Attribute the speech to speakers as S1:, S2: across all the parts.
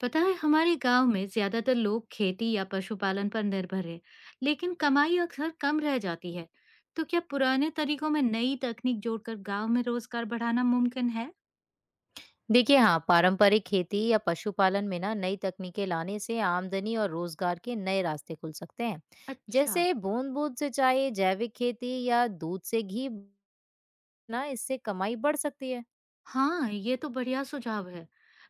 S1: पता है हमारे गांव में ज्यादातर लोग खेती या पशुपालन पर निर्भर है। लेकिन कमाई अक्सर कम रह जाती है। तो क्या पुराने तरीकों में नई तकनीक जोड़कर गांव में रोजगार बढ़ाना मुमकिन है?
S2: देखिए हाँ, पारंपरिक खेती या पशुपालन में ना नई तकनीकें लाने से आमदनी और रोजगार के नए रास्ते खुल सकते हैं।
S1: अच्छा।
S2: जैसे बूंद बूंद सिंचाई, जैविक खेती या दूध से घी ना इससे कमाई बढ़ सकती है।
S1: हाँ ये तो बढ़िया सुझाव है।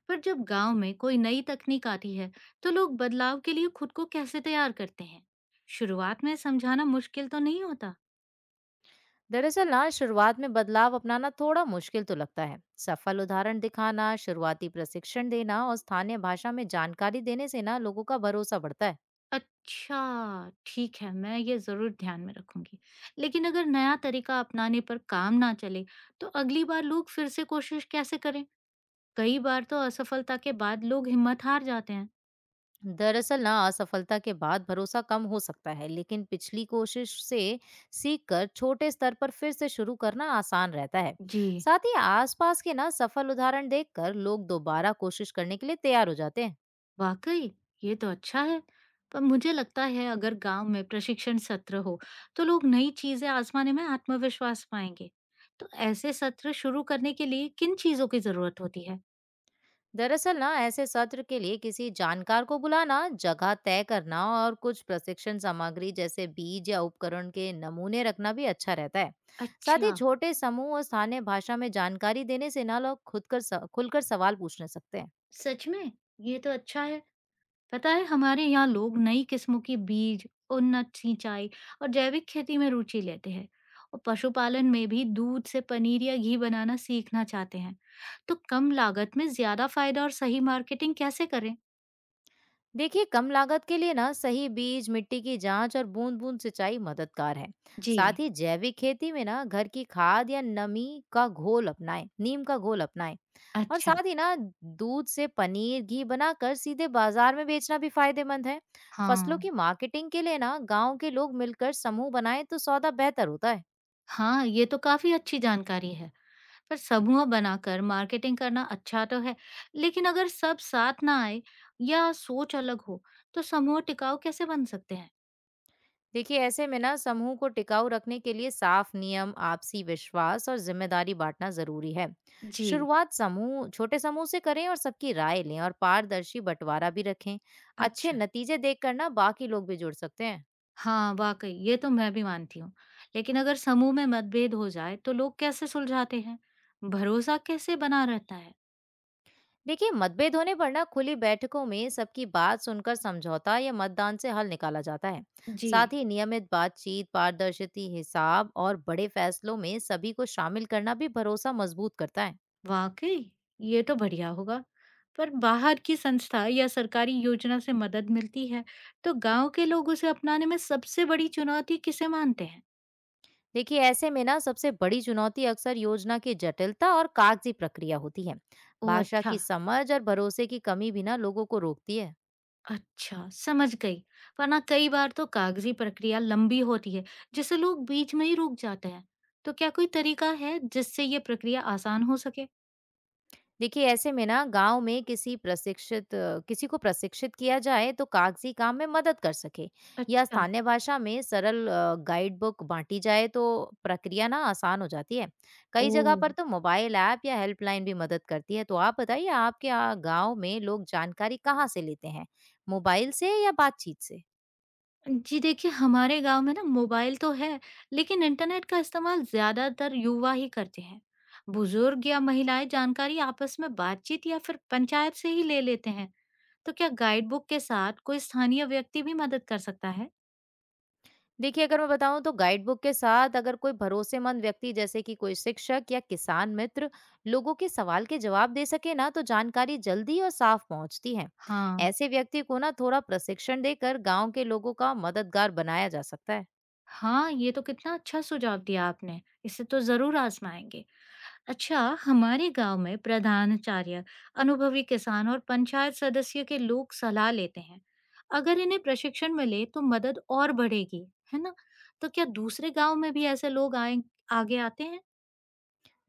S1: पर जब गांव में कोई नई तकनीक आती है, तो लोग बदलाव के लिए खुद को कैसे तैयार करते हैं? शुरुआत में समझाना मुश्किल तो नहीं होता?
S2: दरअसल ना शुरुआत में बदलाव अपनाना थोड़ा मुश्किल तो लगता है। सफल उदाहरण दिखाना, शुरुआती प्रशिक्षण देना और स्थानीय भाषा में जानकारी देने से ना लोगों का भरोसा बढ़ता है।
S1: अच्छा, ठीक है, मैं ये ज़रूर ध्यान में रखूँगी। लेकिन अगर नया तरीका अपनाने पर काम ना चले, तो अगली बार लोग फिर से कोशिश कैसे करें? कई बार तो असफलता के बाद लोग हिम्मत हार जाते हैं।
S2: दरअसल ना असफलता के बाद भरोसा कम हो सकता है, लेकिन पिछली कोशिश से सीख कर छोटे स्तर पर फिर से शुरू करना आसान रहता है।
S1: जी,
S2: साथ ही आसपास के ना सफल उदाहरण देखकर लोग दोबारा कोशिश करने के लिए तैयार हो जाते हैं।
S1: वाक़ई ये तो अच्छा है। पर मुझे लगता है अगर गाँव में प्रशिक्षण सत्र हो, तो लोग नई चीज़ें आज़माने में आत्मविश्वास पाएँगे। तो ऐसे सत्र शुरू करने के लिए किन चीज़ों की ज़रूरत होती है?
S2: दरअसल ना ऐसे सत्र के लिए किसी जानकार को बुलाना, जगह तय करना और कुछ प्रशिक्षण सामग्री जैसे बीज या उपकरण के नमूने रखना भी अच्छा रहता है। साथ ही
S1: अच्छा,
S2: छोटे समूह और स्थानीय भाषा में जानकारी देने से ना लोग खुद कर खुलकर सवाल पूछने सकते हैं।
S1: सच में? ये तो अच्छा है। पता है हमारे यहाँ लोग नई किस्मों के बीज उन्नत सिंचाई और जैविक खेती में रुचि लेते हैं। और पशुपालन में भी दूध से पनीर या घी बनाना सीखना चाहते हैं। तो कम लागत में ज्यादा फायदा और सही मार्केटिंग कैसे करें?
S2: देखिए कम लागत के लिए ना सही बीज, मिट्टी की जांच और बूंद बूंद सिंचाई मददगार है।
S1: जी।
S2: साथ ही जैविक खेती में ना घर की खाद या नमी का घोल अपनाएं, नीम का घोल अपनाएं। और
S1: अच्छा।
S2: साथ ही ना दूध से पनीर, घी बनाकर सीधे बाजार में बेचना भी फायदेमंद है। फसलों
S1: हाँ।
S2: की मार्केटिंग के लिए ना गांव के लोग मिलकर समूह बनाएं तो सौदा बेहतर होता है।
S1: हाँ ये तो काफी अच्छी जानकारी है। पर समूह बनाकर मार्केटिंग करना अच्छा तो है, लेकिन अगर सब साथ ना आए या सोच अलग हो, तो समूह टिकाऊ कैसे बन सकते हैं?
S2: देखिए ऐसे में ना समूह को टिकाऊ रखने के लिए साफ नियम, आपसी विश्वास और जिम्मेदारी बांटना जरूरी है।
S1: जी।
S2: शुरुआत समूह छोटे समूह से करें और सबकी राय लें और पारदर्शी बंटवारा भी रखें। अच्छे
S1: अच्छा।
S2: नतीजे देखकर ना बाकी लोग भी जुड़ सकते हैं।
S1: हाँ, वाक़ई, ये तो मैं भी मानती हूँ। लेकिन अगर समूह में मतभेद हो जाए तो लोग कैसे सुलझाते हैं? भरोसा कैसे बना रहता है?
S2: देखिए मतभेद होने पर ना खुली बैठकों में सबकी बात सुनकर समझौता या मतदान से हल निकाला जाता है।
S1: जी।
S2: साथ ही नियमित बातचीत, पारदर्शिता, हिसाब और बड़े फैसलों में सभी को शामिल करना भी भरोसा मजबूत करता है।
S1: वाक़ई, ये तो बढ़िया होगा। पर बाहर की संस्था या सरकारी योजना से मदद मिलती है, तो गांव के लोग उसे अपनाने में सबसे बड़ी चुनौती किसे मानते हैं?
S2: देखिए ऐसे में ना सबसे बड़ी चुनौती अक्सर योजना की जटिलता और कागजी प्रक्रिया होती है।
S1: ओह
S2: भाषा
S1: अच्छा।
S2: की समझ और भरोसे की कमी भी ना लोगों को रोकती है।
S1: अच्छा, समझ गई। वरना कई बार तो कागज़ी प्रक्रिया लंबी होती है, जिससे लोग बीच में ही रुक जाते हैं। तो क्या कोई तरीका है जिससे ये प्रक्रिया आसान हो सके?
S2: देखिए ऐसे में ना गांव में किसी को प्रशिक्षित किया जाए तो कागजी काम में मदद कर सके। या
S1: अच्छा,
S2: स्थानीय भाषा में गाइड बुक बांटी जाए तो प्रक्रिया ना आसान हो जाती है। कई जगह
S1: ओह!
S2: पर तो मोबाइल ऐप या हेल्पलाइन भी मदद करती है। तो आप बताइए आपके गांव में लोग जानकारी कहाँ से लेते हैं? मोबाइल से या बातचीत से?
S1: जी देखिए, हमारे गाँव में ना मोबाइल तो है, लेकिन इंटरनेट का इस्तेमाल ज़्यादातर युवा ही करते हैं। बुजुर्ग या महिलाएं जानकारी आपस में बातचीत या फिर पंचायत से ही ले लेते हैं। तो क्या गाइड बुक के साथ कोई स्थानीय व्यक्ति भी मदद कर सकता है?
S2: देखिए, अगर मैं बताऊँ तो गाइडबुक के साथ अगर कोई भरोसेमंद व्यक्ति जैसे कि कोई शिक्षक या किसान मित्र लोगों के सवाल के जवाब दे सके ना तो जानकारी जल्दी और साफ पहुंचती है।
S1: हाँ,
S2: ऐसे व्यक्ति को ना थोड़ा प्रशिक्षण देकर गांव के लोगों का मददगार बनाया जा सकता है।
S1: हाँ, ये तो कितना अच्छा सुझाव दिया आपने। इसे तो ज़रूर आजमाएंगे। अच्छा, हमारे गांव में प्रधानाचार्य, अनुभवी किसान और पंचायत सदस्य के लोग सलाह लेते हैं। अगर इन्हें प्रशिक्षण मिले तो मदद और बढ़ेगी, है ना? तो क्या दूसरे गांव में भी ऐसे लोग आए, आगे आते हैं?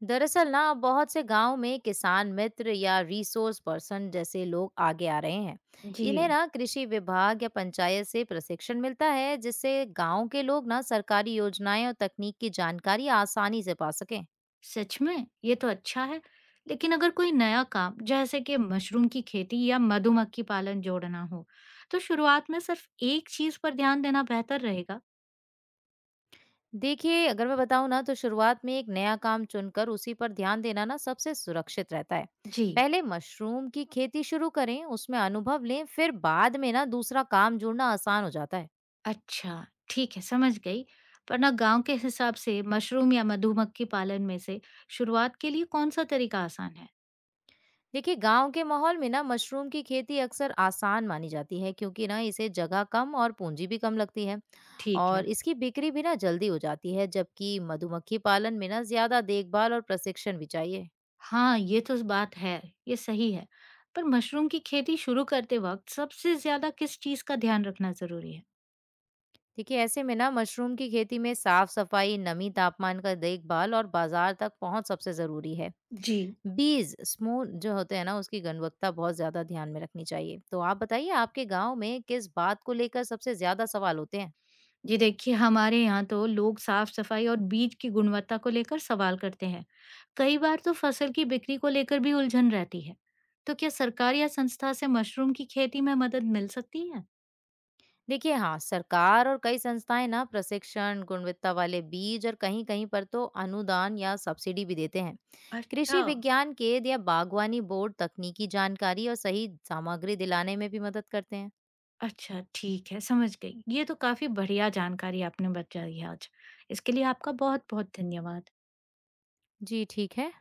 S2: दरअसल ना बहुत से गांव में किसान मित्र या रिसोर्स पर्सन जैसे लोग आगे आ रहे हैं।
S1: जी।
S2: इन्हें ना कृषि विभाग या पंचायत से प्रशिक्षण मिलता है, जिससे गांव के लोग ना सरकारी योजनाएं और तकनीक की जानकारी आसानी से पा सकें।
S1: सच में ये तो अच्छा है। लेकिन अगर कोई नया काम जैसे कि मशरूम की खेती या मधुमक्खी पालन जोड़ना हो, तो शुरुआत में सिर्फ एक चीज पर ध्यान देना बेहतर रहेगा?
S2: देखिए अगर मैं बताऊं ना तो शुरुआत में एक नया काम चुनकर उसी पर ध्यान देना ना सबसे सुरक्षित रहता है।
S1: जी।
S2: पहले मशरूम की खेती शुरू करें, उसमें अनुभव लें, फिर बाद में ना दूसरा काम जोड़ना आसान हो जाता है।
S1: अच्छा, ठीक है, समझ गई। पर ना गाँव के हिसाब से मशरूम या मधुमक्खी पालन में से शुरुआत के लिए कौन-सा तरीका आसान है?
S2: देखिए गांव के माहौल में ना मशरूम की खेती अक्सर आसान मानी जाती है, क्योंकि ना इसे जगह कम और पूंजी भी कम लगती है।
S1: ठीक है।
S2: और इसकी बिक्री भी ना जल्दी हो जाती है, जबकि मधुमक्खी पालन में ना ज्यादा देखभाल और प्रशिक्षण भी चाहिए।
S1: हाँ, ये तो बात है, ये सही है। पर मशरूम की खेती शुरू करते वक़्त सबसे ज़्यादा किस चीज़ का ध्यान रखना ज़रूरी है?
S2: देखिए ऐसे में ना मशरूम की खेती में साफ सफाई, नमी, तापमान का देखभाल और बाजार तक पहुंच सबसे जरूरी है।
S1: जी।
S2: बीज स्मूथ जो होते हैं ना उसकी गुणवत्ता बहुत ज्यादा ध्यान में रखनी चाहिए। तो आप बताइए आपके गांव में किस बात को लेकर सबसे ज्यादा सवाल होते हैं?
S1: जी देखिए, हमारे यहाँ तो लोग साफ-सफाई और बीज की गुणवत्ता को लेकर सवाल करते हैं। कई बार तो फसल की बिक्री को लेकर भी उलझन रहती है। तो क्या सरकार या संस्था से मशरूम की खेती में मदद मिल सकती है?
S2: देखिए हाँ, सरकार और कई संस्थाएं ना प्रशिक्षण, गुणवत्ता वाले बीज और कहीं कहीं पर तो अनुदान या सब्सिडी भी देते हैं।
S1: अच्छा।
S2: कृषि विज्ञान केंद्र या बागवानी बोर्ड तकनीकी जानकारी और सही सामग्री दिलाने में भी मदद करते हैं।
S1: अच्छा, ठीक है, समझ गई। ये तो काफ़ी बढ़िया जानकारी आपने बताई आज। इसके लिए आपका बहुत-बहुत धन्यवाद।
S2: जी ठीक है।